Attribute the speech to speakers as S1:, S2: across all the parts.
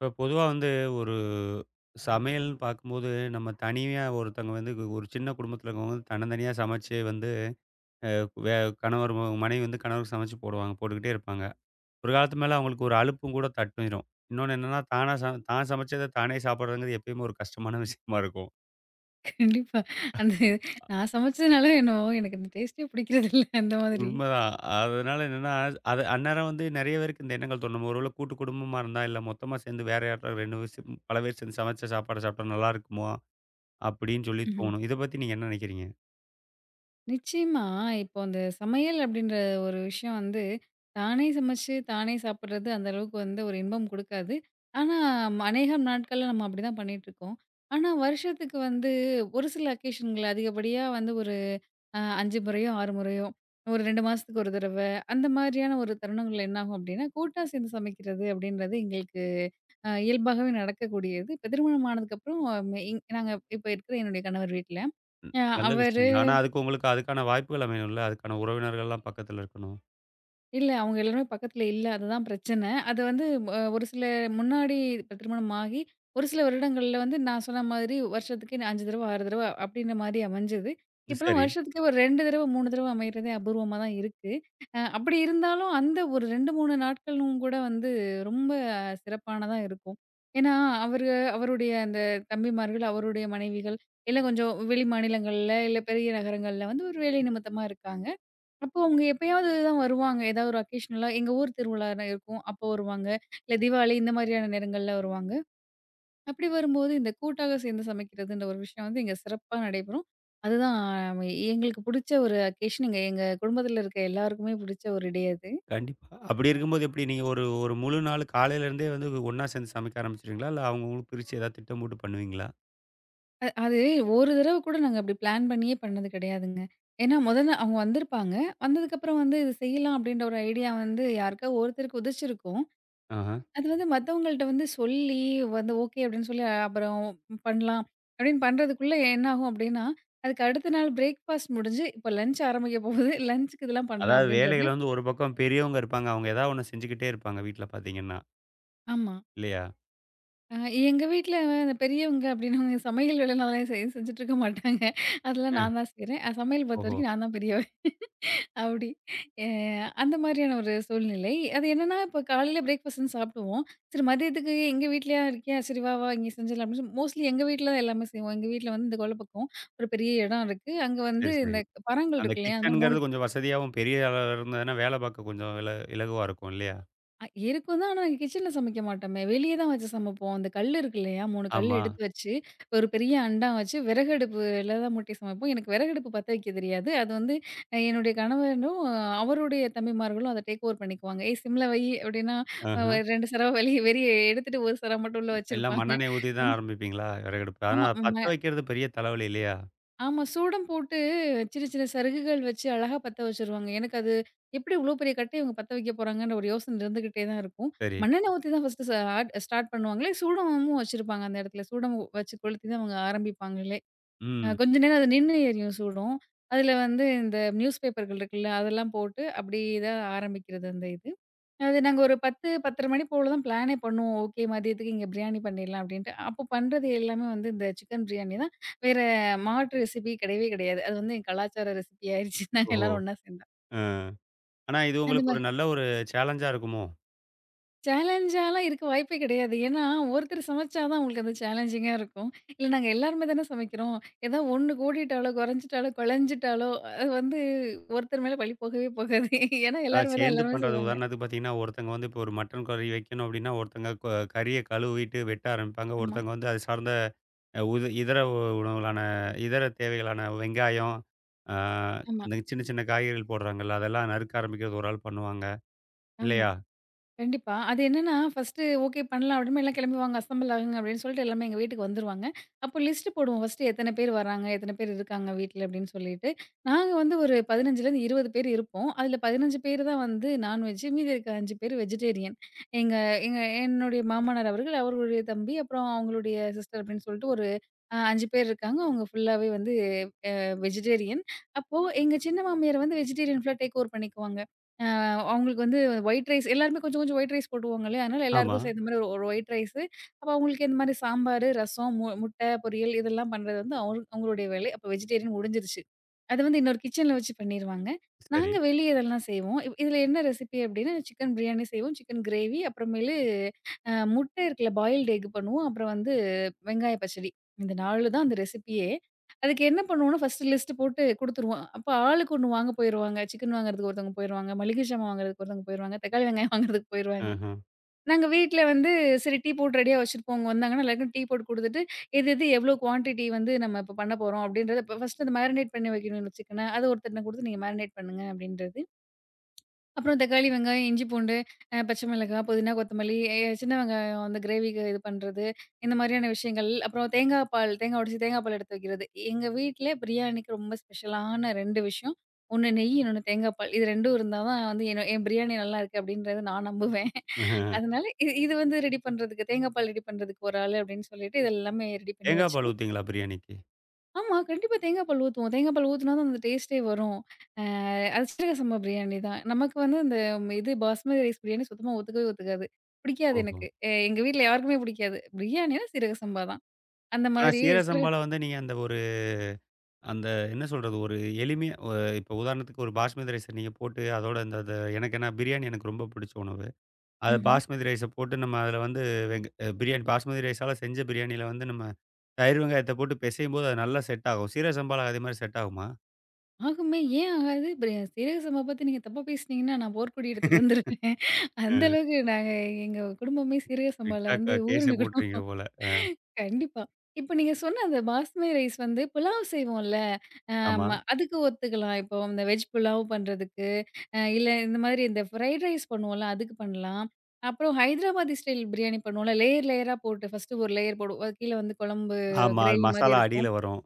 S1: இப்போ பொதுவா வந்து ஒரு சமையல்னு பார்க்கும்போது, நம்ம தனியா ஒருத்தவங்க வந்து ஒரு சின்ன குடும்பத்தில இருக்கவங்க வந்து தன்னந்தனியா சமைச்சு வந்து அ வே கணவர் மனைவி வந்து கணவருக்கு சமைச்சு போடுவாங்க. போட்டுக்கிட்டே இருப்பாங்க. ஒரு காலத்து மேல அவங்களுக்கு ஒரு அலுப்பும் கூட தட்டிரும். இன்னொன்னு என்னன்னா, தானா ச தான் சமைச்சத தானே சாப்பிடுறதுங்கிறது எப்பயுமே ஒரு கஷ்டமான விஷயமா இருக்கும்.
S2: கண்டிப்பா. அந்த நான் சமைச்சதுனால என்னவோ எனக்கு அந்த டேஸ்ட்டே பிடிக்கிறதில்ல அந்த மாதிரி.
S1: உண்மதான். அதனால என்னன்னா, அது அந்நேரம் வந்து நெறைய பேருக்கு இந்த எண்ணங்கள் தோணும். நம்ம ஒருவேளை கூட்டு குடும்பமா இருந்தா, இல்ல மொத்தமா சேர்ந்து வேற யார்ட்டா 2 பேர் சே பல பேர் சேர்ந்து சமைச்ச சாப்பாடு சாப்பிட்டா நல்லாருக்குமா? அப்படின்னு சொல்லி
S2: ம்ஹ்ம்.
S1: தோணும். இத பத்தி நீங்க என்ன நெனைக்கிறீங்க?
S2: நிச்சயமா. இப்போ அந்த சமையல் அப்படின்ற ஒரு விஷயம் வந்து, தானே சமைச்சு, தானே சாப்பிடுறது அந்த அளவுக்கு வந்து ஒரு இன்பம் குடுக்காது. ஆனா, அநேகம் நாட்கள்ல நம்ம அப்படிதான் பண்ணிட்டுருக்கோம். ஆனா, வருஷத்துக்கு வந்து ஒரு சில அக்கேஷன்கள் அதிகப்படியா வந்து ஒரு 5 முறையோ, 6 முறையோ, ஒரு 2 மாசத்துக்கு ஒரு தடவ, அந்த மாதிரியான ஒரு தருணங்கள்ல என்னாகும் அப்படின்னா, கூட்டா சேர்ந்து சமைக்கிறது அப்படின்றது எங்களுக்கு இயல்பாகவே நடக்கக்கூடியது. இப்ப திருமணம் ஆனதுக்கப்புறம் மெ இங் நாங்க இப்ப இருக்கிற என்னுடைய கணவர் வீட்ல, அ
S1: நல்ல
S2: அவரு
S1: விஷயம் தான். ஆனா, அதுக்கு உங்களுக்கு அதுக்கான வாய்ப்புகள் அமையணும்ல. அதுக்கான உறவினர்கள்லாம் பக்கத்துல இருக்கணும்.
S2: இல்ல. அவங்க எல்லாருமே பக்கத்துல இல்ல. அதுதான் பிரச்சனை. அது வந்து ஒரு சில முன்னாடி இப்ப திருமணம் ஆகி, ஒரு சில வருடங்கள்ல வந்து நான் சொன்ன மாதிரி வருஷத்துக்கு 5 தடவ, 6 தடவ அப்டின்ற மாரி அமைஞ்சது. இப்பலாம்
S1: சரி.
S2: வருஷத்துக்கு ஒரு 2 தடவ, 3 தடவ அமையறதே அபூர்வமா தான் இருக்கு. அப்படி இருந்தாலும் அந்த ஒரு 2, 3 நாட்களும் கூட வந்து ரொம்ப சிறப்பானதா இருக்கும். ஏன்னா, அவரு அவருடைய அந்த தம்பிமார்கள், அவருடைய மனைவிகள், இல்ல கொஞ்சம் வெளி மாநிலங்கள்ல, இல்ல பெரிய நகரங்கள்ல வந்து ஒரு வேலை நிமித்தமா இருக்காங்க. அப்போ அவங்க எப்பயாவது தான் வருவாங்க. ஏதாவது ஒரு அக்கேஷனலா எங்க ஊர் திருவிழா இருக்கும். அப்போ வருவாங்க. இல்ல தீபாவளி இந்த மாதிரியான நேரங்கள்ல வருவாங்க. அப்படி வரும்போது இந்த கூட்டாக சேர்ந்து சமைக்கிறதுன்ற ஒரு விஷயம் வந்து இங்க சிறப்பா நடைபெறும். அதுதான் எங்களுக்கு புடிச்ச ஒரு அக்கேஷன். எங்க எங்க குடும்பத்தில இருக்க எல்லாருக்குமே புடிச்ச ஒரு டே அது.
S1: கண்டிப்பா. அப்படி இருக்கும்போது எப்படி நீங்க ஒரு ஒரு முழு நாள் காலையிலேருந்தே வந்து ஒண்ணா சேர்ந்து சமைக்க ஆரம்பிச்சுருவீங்களா? இல்ல அவங்கவங்களுக்கு பிரிச்சு ஏதாவது திட்டம் போட்டு பண்ணுவீங்களா?
S2: அது ஒரு தடவ கூட நாங்க அப்படி பிளான் பண்ணியே பண்ணது கிடையாதுங்க. ஏன்னா முதல்ல அவங்க வந்திருப்பாங்க. வந்ததுக்கப்புறம் வந்து இது செய்யலாம் அப்படின்ற ஒரு ஐடியா வந்து யாருக்கா ஒருத்தருக்கு உதிச்சிருக்கும்.
S1: ஆஹ.
S2: அது வந்து மத்தவங்கள்ட்ட வந்து சொல்லி வந்து ஓகே அப்படின்னு சொல்லி அப்புறம் பண்ணலாம் அப்படின்னு பண்றதுக்குள்ள என்ன ஆகும் அப்படின்னா, அதுக்கு அடுத்த நாள் பிரேக்ஃபாஸ்ட் முடிஞ்சு இப்போ லஞ்ச் ஆரம்பிக்க போகுது. லஞ்சுக்கு இதெல்லாம் பண்ணலாம்
S1: அதாவது
S2: அப்படின்றது.
S1: வேலைகள் வந்து ஒரு பக்கம் பெரியவங்க இருப்பாங்க. அவங்க ஏதாவது ஒண்ணு செஞ்சுக்கிட்டே இருப்பாங்க வீட்ல பார்த்தீங்கன்னா,
S2: ஆமா.
S1: இல்லையா?
S2: அ எங்க வீட்ல இந்த பெரியவங்க அப்படின்னவங்க சமையல் வேலைலாம் அதெல்லாம் செஞ்சுட்டு இருக்க மாட்டாங்க. அதெல்லாம்
S1: அ.
S2: நான் தான் செய்றேன். சமையல்
S1: ஓஹோ!
S2: பொறுத்தவரைக்கும் நான் தான் பெரியவ. அப்படி. அ அந்த மாதிரியான ஒரு சூழ்நிலை. அது என்னன்னா, இப்போ காலையில பிரேக்ஃபாஸ்ட்ன்னு சாப்பிடுவோம். சரி மதியத்துக்கு எங்க வீட்லயா இருக்கியா? சரி வா, வா இங்கே செஞ்சிடலாம் அப்படின்னு சொல்லி மோஸ்ட்லி எங்க வீட்ல தான் எல்லாமே செய்வோம். எங்க வீட்ல வந்து இந்த கொல்ல பக்கம் ஒரு பெரிய இடம் இருக்கு. அங்க வந்து
S1: சரி, சரி.
S2: இந்த பரங்கள்
S1: அந்த
S2: இருக்கு இல்லையா? அந்த மாதிரி
S1: கிச்சன்ங்கிறது
S2: 3
S1: கொஞ்சம் வசதியாவும் பெரிய அளவுல இருந்ததுன்னா, வேலை பார்க்க கொஞ்சம் இலகுவா இருக்கும் இல்லையா?
S2: இருக்கும் தான். ஆனா நாங்க கிச்சன்ல சமைக்க மாட்டோமே. வெளிய தான் வச்சு சமைப்போம். அந்த கல் இருக்கு இல்லையா? 3 கல்
S1: ஆமா.
S2: எடுத்து வச்சு, ஒரு பெரிய அண்டா வச்சு விறகு அடுப்புல தான் மூட்டி சமைப்போம். எனக்கு விறகு அடுப்பு பத்த வைக்க தெரியாது. அது வந்து என்னுடைய கணவனும், அவருடைய தம்பிமார்களும் அத டேக் ஓவர் பண்ணிக்குவாங்க. "ஏய் சிம்ல வை" அப்படின்னா, அ
S1: ஆஹ.
S2: 2 சரவ வெளிய வெளிய எடுத்துட்டு ஒரு சரவ மட்டும் உள்ள
S1: எல்லாம்
S2: வச்சிருப்பாங்க.
S1: மண்ணெண்ணெய் ஊத்தி தான்
S2: வந்து
S1: ஆரம்பிப்பீங்களா விறகடுப்பு? ஆனா
S2: ஆமா.
S1: பத்த வைக்கிறது பெரிய தலைவலி இல்லையா?
S2: ஆமா. சூடம் போட்டு சின்ன சின்ன சருகுகள் வச்சு அழகா பத்த வச்சுருவாங்க. எனக்கு அது எப்படி இவ்ளோ பெரிய கட்டய இவங்க பத்த வைக்க போறாங்கன்ற ஒரு யோசனை இருந்துகிட்டே தான் இருக்கும்.
S1: சரி.
S2: மண்ணெண்ணெய் ஊத்தி தான் ஃபர்ஸ்ட்டு ஆட் ஸ்டார்ட் பண்ணுவாங்களே! சூடமும் வச்சிருப்பாங்க அந்த இடத்துல. சூடம் வச்சு கொளுத்தி தான் அவங்க ஆரம்பிப்பாங்களே!
S1: ம்.
S2: கொஞ்ச நேரம் அது நின்னு எரியும் சூடம். அதில வந்து இந்த நியூஸ் பேப்பர்கள் இருக்குல்ல, அதெல்லாம் போட்டு அப்படி தான் ஆரம்பிக்கிறது அந்த இது. அது நாங்க ஒரு 10, 10:30 மணி போல தான் பிளானே பண்ணுவோம். ஓகே மதியத்துக்கு இங்க பிரியாணி பண்ணிடலாம் அப்படின்ட்டு. அப்போ பண்றது எல்லாமே வந்து இந்த சிக்கன் பிரியாணி தான். வேற மாற்று ரெசிபி கிடையவே கிடையாது. அது வந்து என் கலாச்சார ரெசிபி ஆயிருச்சு. நாங்க
S1: ஓஹோ!
S2: எல்லாரும் ஒண்ணா சேர்ந்தா.
S1: அ. ஆனா இது
S2: அந்த
S1: உங்களுக்கு ஒரு
S2: மாரி
S1: நல்ல ஒரு சேலஞ்சா இருக்குமோ?
S2: சேலஞ்சாலாம் இருக்க வாய்ப்பே கிடையாது. ஏன்னா, ஒருத்தர் சமைச்சா தான் உங்களுக்கு அது சேலஞ்சிங்கா இருக்கும். இல்ல நாங்க எல்லாருமே தானே சமைக்கிறோம். ஏதா ஒண்ணு கூடிட்டாலோ, குறைஞ்சிட்டாலோ, குழஞ்சிட்டாலோ அது வந்து ஒருத்தர் மேல பழி போகவே போகாது. ஏன்னா
S1: அதாவது
S2: எல்லாருமே தான்
S1: சேர்ந்து
S2: எல்லாருமே
S1: பண்றது
S2: செய்வாங்க.
S1: உதாரணத்துக்கு பார்த்தீங்கன்னா, ஒருத்தங்க வந்து இப்போ ஒரு மட்டன் கறி வைக்கணும் அப்படின்னா, ஒருத்தங்க க கறிய கழுவிட்டு வெட்ட ஆரம்பிப்பாங்க.
S2: ஆமா,
S1: ஒருத்தங்க வந்து அது சார்ந்த அ உது இதர உ உணவுகளான இதர தேவைகளான வெங்காயம், ஆ
S2: ஆமா,
S1: இந்த சின்ன சின்ன காய்கறிகள் போடுறாங்கல்ல, அதெல்லாம் நறுக்க ஆரம்பிக்கிறது ஒரு ஆள் பண்ணுவாங்க.
S2: ஆமா.
S1: இல்லையா?
S2: கண்டிப்பா. அது என்னன்னா, ஃபர்ஸ்ட்டு ஓகே பண்ணலாம் அப்டின்னு எல்லாம் கிளம்புவாங்க. அசெம்பிள் ஆகுங்க அப்டின்னு சொல்லிட்டு எல்லாமே எங்க வீட்டுக்கு வந்துருவாங்க. அப்போ லிஸ்ட் போடுவோம். ஃபர்ஸ்ட்டு எத்தன பேர் வராங்க, எத்தன பேர் இருக்காங்க வீட்ல அப்டின்னு சொல்லிட்டு. நாங்க வந்து ஒரு 15லருந்து 20 பேர் இருப்போம். அதுல 15 பேர் தான் வந்து நான்வெஜ். மீதி இருக்க 5 பேர் வெஜிடேரியன். எங்க எங்க என்னுடைய மாமனார் அவர்கள், அவர்களுடைய தம்பி, அப்புறம் அவங்களுடைய சிஸ்டர் அப்டின்னு சொல்லிட்டு ஒரு 5 பேர் இருக்காங்க. அவங்க ஃபுல்லாவே வந்து வெஜிடேரியன். அப்போ எங்க சின்ன மாமியார் வந்து வெஜிடேரியன் ஃபுல்லா டேக் ஓவர் பண்ணிக்குவாங்க. அவங்களுக்கு வந்து ஒயிட் ரைஸ் எல்லாருமே கொஞ்சம் கொஞ்சம் ஒயிட் ரைஸ் போடுவாங்க இல்லையா? அதனால
S1: ஆமா.
S2: எல்லாருக்கும் சேர்ந்த மாரி ஒரு ஒயிட் ரைஸு. அப்ப அவங்களுக்கு இந்த மாரி சாம்பாரு, ரசம், முட்டை பொரியல் இதெல்லாம் பண்றது வந்து அவங்களுடைய வேலை. அப்ப வெஜிடேரியன் முடிஞ்சிருச்சு. அது வந்து இன்னொரு கிச்சன்ல வச்சு பண்ணிருவாங்க.
S1: சரி.
S2: நாங்க வெளிய இதெல்லாம் செய்வோம். இதுல என்ன ரெசிபி அப்டின்னா, சிக்கன் பிரியாணி செய்வோம். சிக்கன் கிரேவி அப்புறமேலு முட்டை இருக்குல்ல பாயில்டு எக் பண்ணுவோம். அப்புறம் வந்து வெங்காய பச்சடி. இந்த 4 தான் அந்த ரெசிபியே. அதுக்கு என்ன பண்ணுவோம்னா, ஃபர்ஸ்ட்டு லிஸ்ட்டு போட்டு குடுத்துருவோம். அப்ப ஆளுக்கு ஒண்ணு வாங்க போயிருவாங்க. சிக்கன் வாங்குறதுக்கு ஒருத்தவங்க போயிருவாங்க. மளிகை சாமான் வாங்குறதுக்கு ஒருத்தவங்க போயிருவாங்க. தக்காளி வெங்காயம் வாங்குறதுக்கு போயிருவாங்க.
S1: ஆஹ.
S2: நாங்க வீட்ல வந்து சரி டீ போட்டு ரெடியா வச்சிருப்போம். அவங்க வந்தாங்கன்னா எல்லாருக்கும் டீ போட்டு குடுத்துட்டு, எது எது எவ்ளோ குவான்டிட்டி வந்து நம்ம இப்ப பண்ண போறோம் அப்படின்றத இப்ப ஃபர்ஸ்ட்டு அந்த மேரினேட் பண்ணி வைக்கணும் இந்த சிக்கன. அது ஒருத்தர்ட்ட குடுத்து நீங்க மேரினேட் பண்ணுங்க அப்படின்றது. அப்புறம் தக்காளி, வெங்காயம், இஞ்சி, பூண்டு, பச்சை மிளகாய், புதினா, கொத்தமல்லி, சின்ன வெங்காயம் அந்த கிரேவிக்கு இது பண்றது. இந்த மாதிரியான விஷயங்கள். அப்புறம் தேங்காய் பால், தேங்காய் உடைச்சு தேங்காய் பால் எடுத்து வைக்கிறது. எங்க வீட்ல பிரியாணிக்கு ரொம்ப ஸ்பெஷலான 2 விஷயம். ஒண்ணு நெய், இன்னொன்னு தேங்காய் பால். இது 2ம் இருந்தா தான் வந்து என்னோ என் பிரியாணி நல்லாயிருக்கு அப்படின்றத நான் நம்புவேன்.
S1: ஆஹ.
S2: அதனால இது இது வந்து ரெடி பண்றதுக்கு தேங்காய் பால் ரெடி பண்றதுக்கு ஒரு ஆளு அப்படின்னு சொல்லிட்டு, இது எல்லாமே ரெடி பண்ணி
S1: தேங்காய் பால்
S2: வச்சுட்டு.
S1: ஊத்துவீங்களா பிரியாணிக்கு?
S2: ஆமா. கண்டிப்பா தேங்காய் பால் ஊத்துவோம். தேங்காய் பால் ஊத்துனா தான் அந்த டேஸ்ட்டே வரும். அ அது சீரக சம்பா பிரியாணி தான். நமக்கு வந்து அந்த இது பாஸ்மதி ரைஸ் பிரியாணி சுத்தமா ஒத்துக்கவே ஒத்துக்காது. பிடிக்காது
S1: ஓஹோ!
S2: எனக்கு. எங்க வீட்ல யாருக்குமே பிடிக்காது. பிரியாணினா சீரக சம்பா தான். அந்த
S1: ஆனா
S2: மாதிரி
S1: சீரக
S2: சீரக
S1: சம்பால வந்து நீங்க அந்த ஒரு அந்த என்ன சொல்றது? ஒரு எளிமையா ஒ இப்ப உதாரணத்துக்கு ஒரு பாஸ்மதி ரைஸ நீங்க போட்டு, அதோட இந்த இது எனக்கு ஏன்னா பிரியாணி எனக்கு ரொம்ப பிடிச்ச உணவு. அது
S2: ம்ஹ்ம்.
S1: பாஸ்மதி ரைஸ போட்டு நம்ம அதில வந்து வெங் அ பிரியாணி பாஸ்மதி ரைஸால செஞ்ச பிரியாணியில வந்து நம்ம தயிர் வெங்காயத்த போட்டு பெசையும்போது அது நல்லா செட் ஆகும். சீரக சம்பால அதே மாரி செட் ஆகுமா?
S2: ஆகுமே ஏன் ஆகாது? சீரக சம்பா பத்தி நீங்க தப்பா பேசுனீங்கன்னா, நான் போர்க்கொடி எடுத்துட்டு வந்துருவேன். அந்த
S1: அ
S2: அளவுக்கு நாங்க எங்க குடும்பமே சீரக
S1: விட்டா
S2: சம்பால வந்து
S1: கேஸே
S2: ஊருன குடும்பம்.
S1: போட்டுருவீங்க போல. அ
S2: கண்டிப்பா. இப்ப நீங்க சொன்ன அந்த பாஸ்மதி ரைஸ் வந்து புலாவ் செய்வோம்ல,
S1: ஆமா.
S2: ஆம அதுக்கு ஒத்துக்கலாம். இப்போ இந்த வெஜ் புலாவ் பண்றதுக்கு, இல்ல இந்த மாதிரி இந்த ஃப்ரைட் ரைஸ் பண்ணுவோம்ல, அதுக்கு பண்ணலாம். அப்புறம் ஹைதராபாதி ஸ்டைல் பிரியாணி பண்ணுவோம்ல, லேயர் லேயரா போட்டு ஃபர்ஸ்ட்டு ஒரு லேயர் போடுவோம். அது கீழ வந்து குழம்பு
S1: ஆமா. அது
S2: கிரேவி மாரி
S1: மசாலா அடியில
S2: இருக்கும்.
S1: வரும்.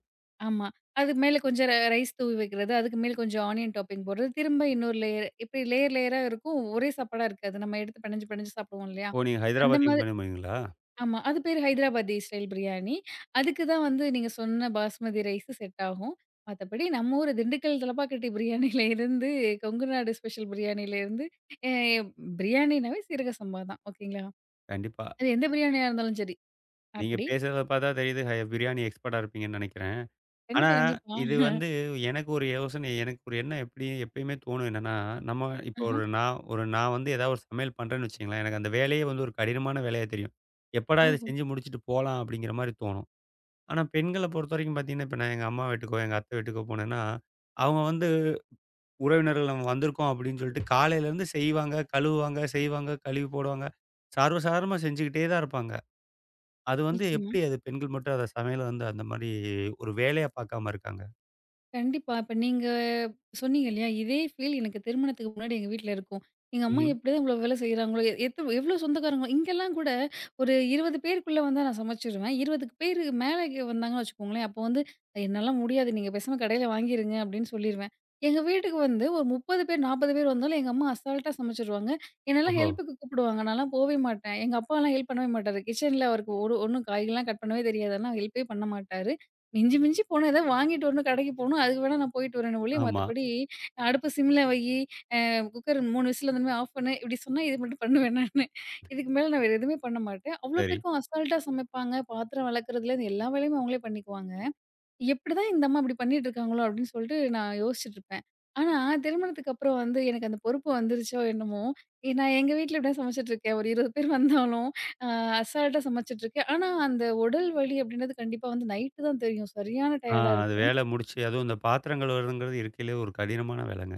S2: ஆமா. அதுக்கு மேல கொஞ்சம் ரைஸ் தூவி வைக்கிறது, அதுக்கு மேல கொஞ்சம் ஆனியன் டாப்பிங் போடுறது, திரும்ப இன்னொரு லேயர் இப்படி லேயர் லேயரா இருக்கும். ஒரே சாப்பாடா இருக்காது. நம்ம எடுத்து பெனஞ்சு பெனஞ்சு சாப்பிடுவோம் இல்லையா?
S1: ஓ! நீங்க
S2: அந்த
S1: ஹைதராபாத்தியும்
S2: மாதிரி
S1: பண்ணுவீங்களா?
S2: ஆமா. அது பேரு ஹைதராபாதி ஸ்டைல் பிரியாணி. அதுக்கு தான் வந்து நீங்க சொன்ன பாஸ்மதி ரைஸு செட் ஆகும். மத்தபடி நம்ம ஊரு திண்டுக்கல் தலப்பாக்கட்டி பிரியாணில இருந்து, கொங்கு நாடு ஸ்பெஷல் பிரியாணில இருந்து, எ பிரியாணினாவே சீரக சம்பா தான். ஓகேங்களா?
S1: கண்டிப்பா.
S2: அது எந்த பிரியாணியா இருந்தாலும் சரி.
S1: நீங்க
S2: அப்படி.
S1: பேசுறத பார்த்தா தெரியுது, ஹை பிரியாணி எக்ஸ்பர்ட்டா இருப்பீங்கன்னு நெனைக்கிறேன். ஆனா,
S2: கண்டிப்பா, கண்டிப்பா.
S1: இது வந்து எனக்கு ஒரு யோசனை எனக்கு ஒரு எண்ணம் எப்படி எப்பயுமே தோணும் என்னன்னா, நம்ம இப்ப
S2: ஆஹ.
S1: ஒரு நான் வந்து ஏதாவது ஒரு சமையல் பண்றேன்னு வச்சுக்கங்களேன், எனக்கு அந்த வேலையே வந்து ஒரு கடினமான வேலையா தெரியும். எப்படா இத
S2: ஓஹோ!
S1: செஞ்சு முடிச்சுட்டு போலாம் அப்படிங்கிற மாரி தோணும். ஆனா, பெண்கள பொறுத்தவரைக்கும் பார்த்தீங்கன்னா, இப்ப நான் எங்க அம்மா வீட்டுக்கோ, எங்க அத்தை வீட்டுக்கோ போனேன்னா, அவங்க வந்து உறவினர்கள் நம்ம வந்திருக்கோம் அப்படின்னு சொல்லிட்டு காலையிலேருந்து செய்வாங்க, கழுவுவாங்க, செய்வாங்க, கழுவி போடுவாங்க. சர்வசாதாரணமா செஞ்சுக்கிட்டே தான் இருப்பாங்க. அது வந்து
S2: நிச்சயமா.
S1: எப்படி அது பெண்கள் மட்டும் அத சமையல வந்து அந்த மாரி ஒரு வேலையா பார்க்காம இருக்காங்க?
S2: கண்டிப்பா. இப்ப நீங்க சொன்னீங்க இல்லையா? இதே ஃபீல் எனக்கு திருமணத்துக்கு முன்னாடி எங்க வீட்ல இருக்கும். எங்க அம்மா
S1: ம்.
S2: எப்படிதான் இவ்வளோ வேலை செய்றாங்களோ, எ எத்த எவ்ளோ சொந்தக்காரங்க இங்கெல்லாம் கூட ஒரு 20 பேருக்குள்ள வந்தா நான் சமைச்சுருவேன். 20 பேருக்கு மேல இங்க வந்தாங்கன்னு வச்சுக்கோங்களேன், அப்போ வந்து "என்னால முடியாது. நீங்க பேசாம கடையில வாங்கிருங்க" அப்படின்னு சொல்லிருவேன். எங்க வீட்டுக்கு வந்து ஒரு 30 பேர், 40 பேர் வந்தாலும் எங்க அம்மா அசால்ட்டா சமைச்சுருவாங்க. என்னலாம்
S1: ஓஹோ!
S2: ஹெல்ப்புக்கு கூப்பிடுவாங்க. நான்லாம் போவே மாட்டேன். எங்க அப்பாலாம் ஹெல்ப் பண்ணவே மாட்டாரு. கிச்சன்ல அவருக்கு ஒண்ணும் காய்கறிலாம் கட் பண்ணவே தெரியாது. அதனால ஹெல்ப்பே பண்ண மாட்டாரு. மிஞ்சி மிஞ்சி போனா ஏதாவது வாங்கிட்டு வரணும், கடைக்கு போணும். அதுக்கு வேணா நான் போயிட்டு வரேனே ஒழிய,
S1: ஆமா.
S2: மத்தபடி அடுப்பு சிம்ல வையி, அ குக்கர் 3 விசில் வந்தோனே ஆஃப் பண்ணு, இப்படி சொன்னா இது மட்டும் பண்ணுவேன் நானு. இதுக்கு மேல நான் வேற எதுவுமே பண்ண மாட்டேன். அவ்வளோ
S1: சரி.
S2: பேருக்கும் அசால்ட்டா சமைப்பாங்க. பாத்திரம் வெளக்கறதுலேருந்து எல்லா வேலையுமே அவங்களே பண்ணிக்குவாங்க. எப்படிதான் இந்த அம்மா இப்படி பண்ணிட்டு இருக்காங்களோ அப்படின்னு சொல்லிட்டு நான் யோசிச்சுட்டு இருப்பேன். ஆனா, திருமணத்துக்கு அப்புறம் வந்து எனக்கு அந்த பொறுப்பு வந்துருச்சோ என்னமோ, நான் எங்க வீட்ல எப்படியா சமைச்சுட்டு இருக்கேன். ஒரு 20 பேர் வந்தாலும், அ அசால்ட்டா சமைச்சுட்டு இருக்கேன். ஆனா, அந்த உடல் வலி அப்படின்றது கண்டிப்பா வந்து நைட்டு தான் தெரியும். சரியான
S1: ஆ
S2: டயர்டா
S1: அது
S2: இருக்கும்.
S1: வேலை முடிச்சு அதுவும் இந்த பாத்திரம் கழுவுறதுங்கிறது இருக்கையிலே ஒரு கடினமான வேலைங்க.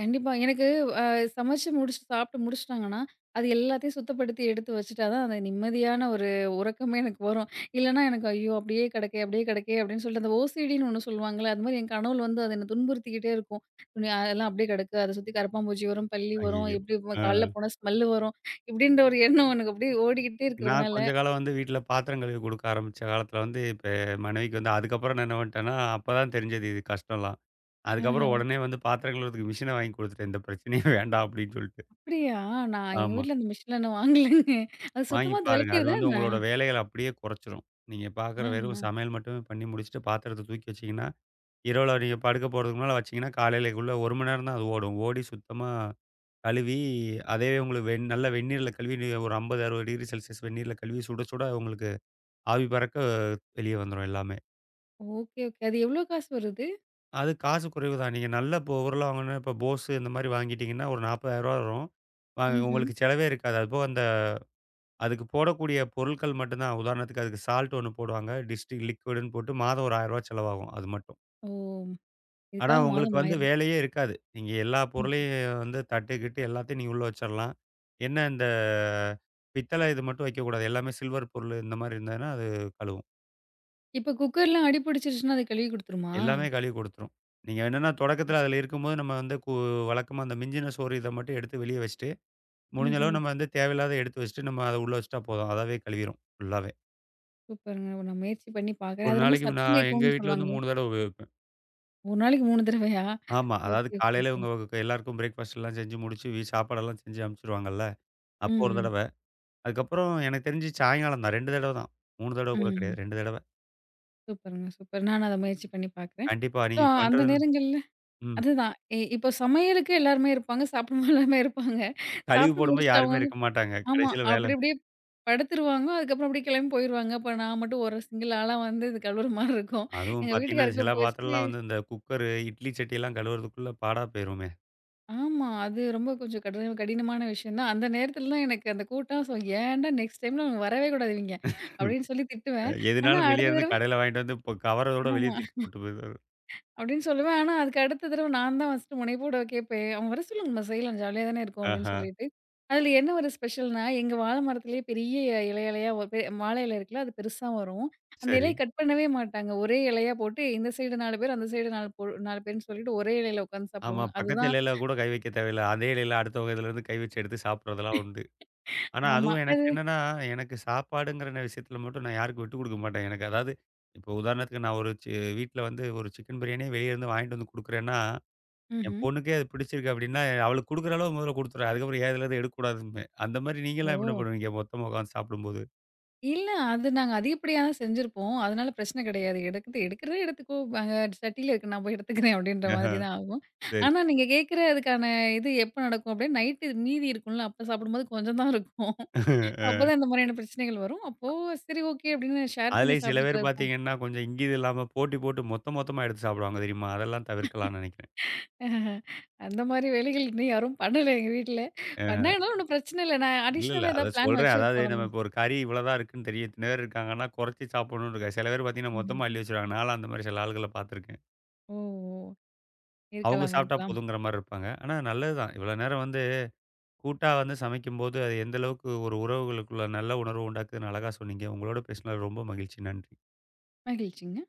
S2: கண்டிப்பா. எனக்கு அ சமைச்சு முடிச்சு சாப்பிட்டு முடிச்சுட்டாங்கன்னா, அது எல்லாத்தையும் சுத்தப்படுத்தி எடுத்து வச்சுட்டா தான், அந்த நிம்மதியான ஒரு உறக்கமே எனக்கு வரும். இல்லன்னா எனக்கு ஐயோ! அப்படியே கிடக்கே, அப்படியே கிடக்கே அப்படின்னு சொல்லிட்டு அந்த ஓசிடின்னு ஒண்ணு சொல்லுவாங்கல்ல, அது மாரி என் கனவுல வந்து அது என்ன துன்புறுத்திக்கிட்டே இருக்கும். துணி அதெல்லாம் அப்படியே கிடக்கு. அத சுத்தி கரப்பான்பூச்சி வரும், பல்லி வரும்,
S1: ஐய்யய்யோ!
S2: எப்படி
S1: ஆ
S2: கால்ல போனா ஸ்மெல் வரும். இப்படின்ற ஒரு எண்ணம் எனக்கு அப்படியே ஓடிக்கிட்டே
S1: நான்
S2: இருக்கிறதுனால
S1: கொஞ்ச காலம் வந்து வீட்ல பாத்திரம் கழுவி குடுக்க ஆரம்பிச்ச காலத்தில வந்து இப்ப மனைவிக்கு வந்து அதுக்கப்புறம் நான் என்ன பண்ணிட்டேன்னா, அப்பதான் தெரிஞ்சது இது கஷ்டம்லாம்.
S2: ஆஹா!
S1: அதுக்கப்புறம் உடனே வந்து பாத்திரம் கழுவுறதுக்கு மிஷின வாங்கி குடுத்துட்டேன். இந்த பிரச்சனையே வேண்டாம் அப்டின்னு சொல்லிட்டு.
S2: அப்படியா? நான் எங்க
S1: ஆமா.
S2: வீட்ல அந்த மிஷின்லாம் இன்னும் வாங்கலங்க. அது
S1: வாங்கி
S2: சுத்தமா
S1: பாருங்க. அது
S2: துவைக்கிறதா
S1: வந்து
S2: என்ன?
S1: உங்களோட வேலைகள அப்படியே குறைச்சிரும். நீங்க பார்க்குற வெறும்
S2: ஆஹா!
S1: சமையல் மட்டுமே பண்ணி முடிச்சுட்டு பாத்திரத்த தூக்கி வச்சீங்கன்னா, இரவுல நீங்க படுக்க போறதுக்கு முன்னால வச்சீங்கன்னா, காலையிலக்குள்ள 1 மணி நேரம் தான் அது ஓடும். ஓடி சுத்தமா கழுவி அதவே உங்களுக்கு நல்ல வெந்நீர்ல கழுவி ஒரு 50, 60 டிகிரி செல்சியஸ் வெந்நீர்ல கழுவி சுட சுட உங்களுக்கு ஆவி பறக்க வெளிய வந்துரும் எல்லாமே.
S2: Okay, okay. அது எவ்வளோ காசு வருது?
S1: அது காசு குறைவு தான். நீங்க நல்ல இப்போ ஓரளவு வாங்கணும்னா இப்போ Bose இந்த மாரி வாங்கிட்டீங்கன்னா ஒரு ரூ. 40,000 ரூபாய் வரும். அ
S2: ம்ஹ்ம்.
S1: உங்களுக்கு செலவே இருக்காது. அதுபோக அந்த அதுக்கு போடக்கூடிய பொருட்கள் மட்டும் தான். உதாரணத்துக்கு அதுக்கு சால்ட் ஒண்ணு போடுவாங்க. டிஸ்டிக் லிக்விடுன்னு போட்டு மாதம் ஒரு ரூ. 1000 ரூபாய் செலவாகும் அது மட்டும்.
S2: ஓ!
S1: ஆனா,
S2: இதுக்காக
S1: உங்களுக்கு
S2: மாதம்
S1: வந்து
S2: 1000 ஆமா.
S1: வேலையே இருக்காது. நீங்க எல்லா
S2: ம்.
S1: பொருளையும் வந்து தட்டு, கிட்டு எல்லாத்தையும் நீங்க உள்ள வச்சிரலாம். என்ன இந்த பித்தள இது மட்டும் வைக்கக்கூடாது. எல்லாமே சில்வர் பொருள் இந்த மாரி இருந்ததுன்னா, அது கழுவும்.
S2: இப்ப குக்கர்லாம் அடி பிடிச்சிருச்சுன்னா, அத கழுவி குடுத்துருமா?
S1: எல்லாமே கழுவி குடுத்துரும். நீங்க என்னன்னா தொடக்கத்தில அதில இருக்கும்போது நம்ம வந்து கு வழக்கமா அந்த மிஞ்சின சோறு இத மட்டும் எடுத்து வெளிய வச்சுட்டு, முடிஞ்ச அளவு
S2: ம்ஹ்ம்.
S1: நம்ம வந்து தேவையில்லாத எடுத்து வச்சுட்டு, நம்ம அத உள்ள வச்சுட்டா போதும். அதாவே கழுவிரும் ஃபுல்லாவே.
S2: சூப்பருங்க. நான் முயற்சி பண்ணி பார்க்குறேன்.
S1: ஒரு
S2: அது ரொம்ப
S1: நாளைக்கு
S2: சத்தம்
S1: நான் எங்க
S2: கேட்கும்னு
S1: வீட்ல வந்து
S2: சொல்லுவாங்களே!
S1: 3 தடவ உபயோகிப்பேன்.
S2: 1 நாளைக்கு 3 தடவையா?
S1: ஆமா. அதாவது
S2: ஓகே, ஓகே,
S1: காலையில
S2: ஓகே.
S1: இவங்க எல்லாருக்கும் பிரேக்ஃபாஸ்ட்லாம் செஞ்சு முடிச்சு, சாப்பாடெல்லாம் செஞ்சு அனுப்பிச்சுருவாங்கல்ல.
S2: ம்,
S1: அப்போ ஒரு
S2: ம்.
S1: தடவ. அதுக்கப்புறம் எனக்கு தெரிஞ்சு சாயங்காலம் தான் 2 தடவ தான். 3 தடவ கூட
S2: ம்.
S1: கிடையாது. 2 தடவ.
S2: சூப்பருங்க, சூப்பர். நானும் அத முயற்சி பண்ணி பார்க்குறேன்.
S1: கண்டிப்பா
S2: ஸோ
S1: நீங்க
S2: அந்த
S1: பண்றது
S2: நேரங்கள்ல
S1: ம்.
S2: அதுதான். இப்போ சமையலுக்கு எல்லாருமே இருப்பாங்க. சாப்பிடும் எல்லாருமே இருப்பாங்க.
S1: கழிவு
S2: சாப்பிட்டு
S1: போடும்போது
S2: முடிச்சுட்டு
S1: யாருமே
S2: அவங்கவங்க
S1: இருக்க மாட்டாங்க.
S2: ஆமா.
S1: கடைசியில வேலை
S2: அப்படி அப்படியே படுத்துருவாங்க. அதுக்கப்புறம் அப்படியே கிளம்பி போயிருவாங்க. அப்ப நான் மட்டும் ஒரு சிங்கிள் ஆளா வந்து இது கழுவுற மாரி இருக்கும்.
S1: அதுவும்
S2: எங்க வீட்டுக்கார
S1: பார்த்தீங்கன்னா, சில
S2: கூப்பிட்டு வச்சு
S1: பாத்திரம்லாம் வந்து இந்த குக்கரு, இட்லி சட்டியெல்லாம் கழுவுறதுக்குள்ள பாடா போயிருமே.
S2: ஆமா. அது ரொம்ப கொஞ்சம் கடினமான விஷயம் தான். அந்த நேரத்துல தான் எனக்கு அந்த கூட்டம் ஸோ ஏன்டா நெக்ஸ்ட் டைம்ல அவங்க வரவே கூடாது இவய்ங்க.
S1: ம்.
S2: அப்படின்னு சொல்லி திட்டுவேன். ஆனா
S1: எதுனாலும் வெளிய
S2: அடுத்த
S1: இருந்து
S2: தடவ
S1: கடையில வாங்கிட்டு வந்து இப்போ கவரோட வெளிய
S2: ஆமா.
S1: தூக்கி போட்டு போயிருவாரு.
S2: அப்படின்னு சொல்லுவேன். ஆனா அதுக்கு அடுத்த தடவ நான் தான் ஃபர்ஸ்ட்டு முனைப்போட கேட்பேன். அவங்க வர சொல்லுங்க நம்ம செய்யலாம் ஜாலியா தானே இருக்கும் அப்படின்னு
S1: ஆஹா!
S2: சொல்லிட்டு. அதுல என்ன ஒரு ஸ்பெஷல்னா, எங்க வாழை மரத்திலேயே பெரிய இலை இலையா ஒரு வாழை இலை இருக்குல்ல அது பெருசா வரும். அந்த
S1: சரி.
S2: இலைய கட் பண்ணவே மாட்டாங்க. ஒரே இலையா போட்டு இந்த சைடு 4 பேர், அந்த சைடு 4 4 பேருன்னு சொல்லிட்டு ஒரே இலையில உட்காந்து
S1: ஆமா.
S2: சாப்பிடுவாங்க.
S1: பக்கத்து
S2: அதுதான்
S1: இலையில கூட கை வைக்க தேவையில்ல. அதே இலையில அடுத்தவங்க இதுலருந்து கை வச்சு எடுத்து சாப்பிடுறதெல்லாம் உண்டு. ஆனா,
S2: ஆமா.
S1: அதுவும் எனக்கு
S2: அது
S1: என்னன்னா, எனக்கு சாப்பாடுங்கிற விஷயத்துல மட்டும் நான் யாருக்கும் விட்டு குடுக்க மாட்டேன். எனக்கு அதாவது இப்போ உதாரணத்துக்கு நான் ஒரு சி வீட்ல வந்து ஒரு சிக்கன் பிரியாணியே வெளிய இருந்து வாங்கிட்டு வந்து குடுக்குறேன்னா, என்
S2: ம்ஹ்ம்.
S1: பொண்ணுக்கே அது பிடிச்சிருக்கு அப்டின்னா, அவளுக்கு குடுக்குற அளவு முதல்ல குடுத்துருவேன். அதுக்கப்புறம் என் இதுலருந்து எடுக்கக்கூடாதும்பேன். அந்த மாரி
S2: ஓ!
S1: நீங்கலாம் என்ன பண்ணுவீங்க? மொத்தமா உட்காந்து சாப்பிடும்போது?
S2: இல்ல. அது நாங்க அதிகப்படியா தான் செஞ்சிருப்போம். அதனால பிரச்சனை கிடையாது. எடுக்குது எடுக்கிறத எடுத்துக்கோ. அங்க சட்டியில இருக்கு. நான் போய் எடுத்துக்கிறேன் அப்டின்ற
S1: ஆஹா,
S2: மாதிரி தான் ஆகும்.
S1: சரி.
S2: ஆனா நீங்க கேட்கிற அதுக்கான இது எப்ப நடக்கும் அப்டின்னா, நைட்டு மீதி இருக்கும்ல, அப்ப சாப்பிடும்போது கொஞ்சம் தான் இருக்கும்.
S1: அ
S2: அப்பதான் இந்த மாதிரியான பிரச்சனைகள் வரும். அப்போ சரி ஓகே அப்டின்னு ஷேர் பண்ணி
S1: அதுலயும் சில பேர்
S2: சாப்பிட்டுக்கிறது தான்.
S1: பாத்தீங்கன்னா, கொஞ்சம் இங்கிது இல்லாம போட்டி போட்டு மொத்த மொத்தமா எடுத்து சாப்பிடுவாங்க தெரியுமா? அதெல்லாம் தவிர்க்கலாம்னு நெனைக்கிறேன்.
S2: அஹ் அந்த மாதிரி வேலைகள் இன்னும் யாரும் பண்ணல எங்க வீட்ல. பண்ணாங்கனாலும் ஒண்ணும் பிரச்சனை இல்ல. நான்
S1: இல்ல, இல்ல.
S2: அடிஷ்னலா ஏதாவது
S1: அதான்
S2: பிளான்
S1: சொல்றேன். அதாவது
S2: வச்சிருப்போம்
S1: நம்ம
S2: நம்ம.
S1: இப்போ ஒரு கறி இவ்வளோதான் இருக்குன்னு தெரியும். இத்தன பேர் இருக்காங்கன்னா, குறைச்சு சாப்பிடணும்னு இருக்காது. சில பேர் பார்த்தீங்கன்னா,
S2: ம்ஹ்ம்.
S1: மொத்தமா அள்ளி வச்சுருவாங்க. நான்லாம் அந்த மாரி சில ஆளுகள பார்த்துருக்கேன்.
S2: ஓ! ஓ!
S1: அவங்க
S2: இருக்கலாம்,
S1: சாப்பிட்டா
S2: இருக்கலாம்.
S1: போதுங்கிற மாரி இருப்பாங்க. ஆனா நல்லது தான். இவ்வளோ நேரம் வந்து கூட்டா வந்து சமைக்கும்போது, அது எந்த அளவுக்கு ஒரு உறவுகளுக்குள்ள நல்ல உணர்வு உண்டாக்குதுன்னு அழகா சொன்னீங்க. உங்களோட பேசினது ரொம்ப மகிழ்ச்சி. நன்றி.
S2: மகிழ்ச்சிங்க.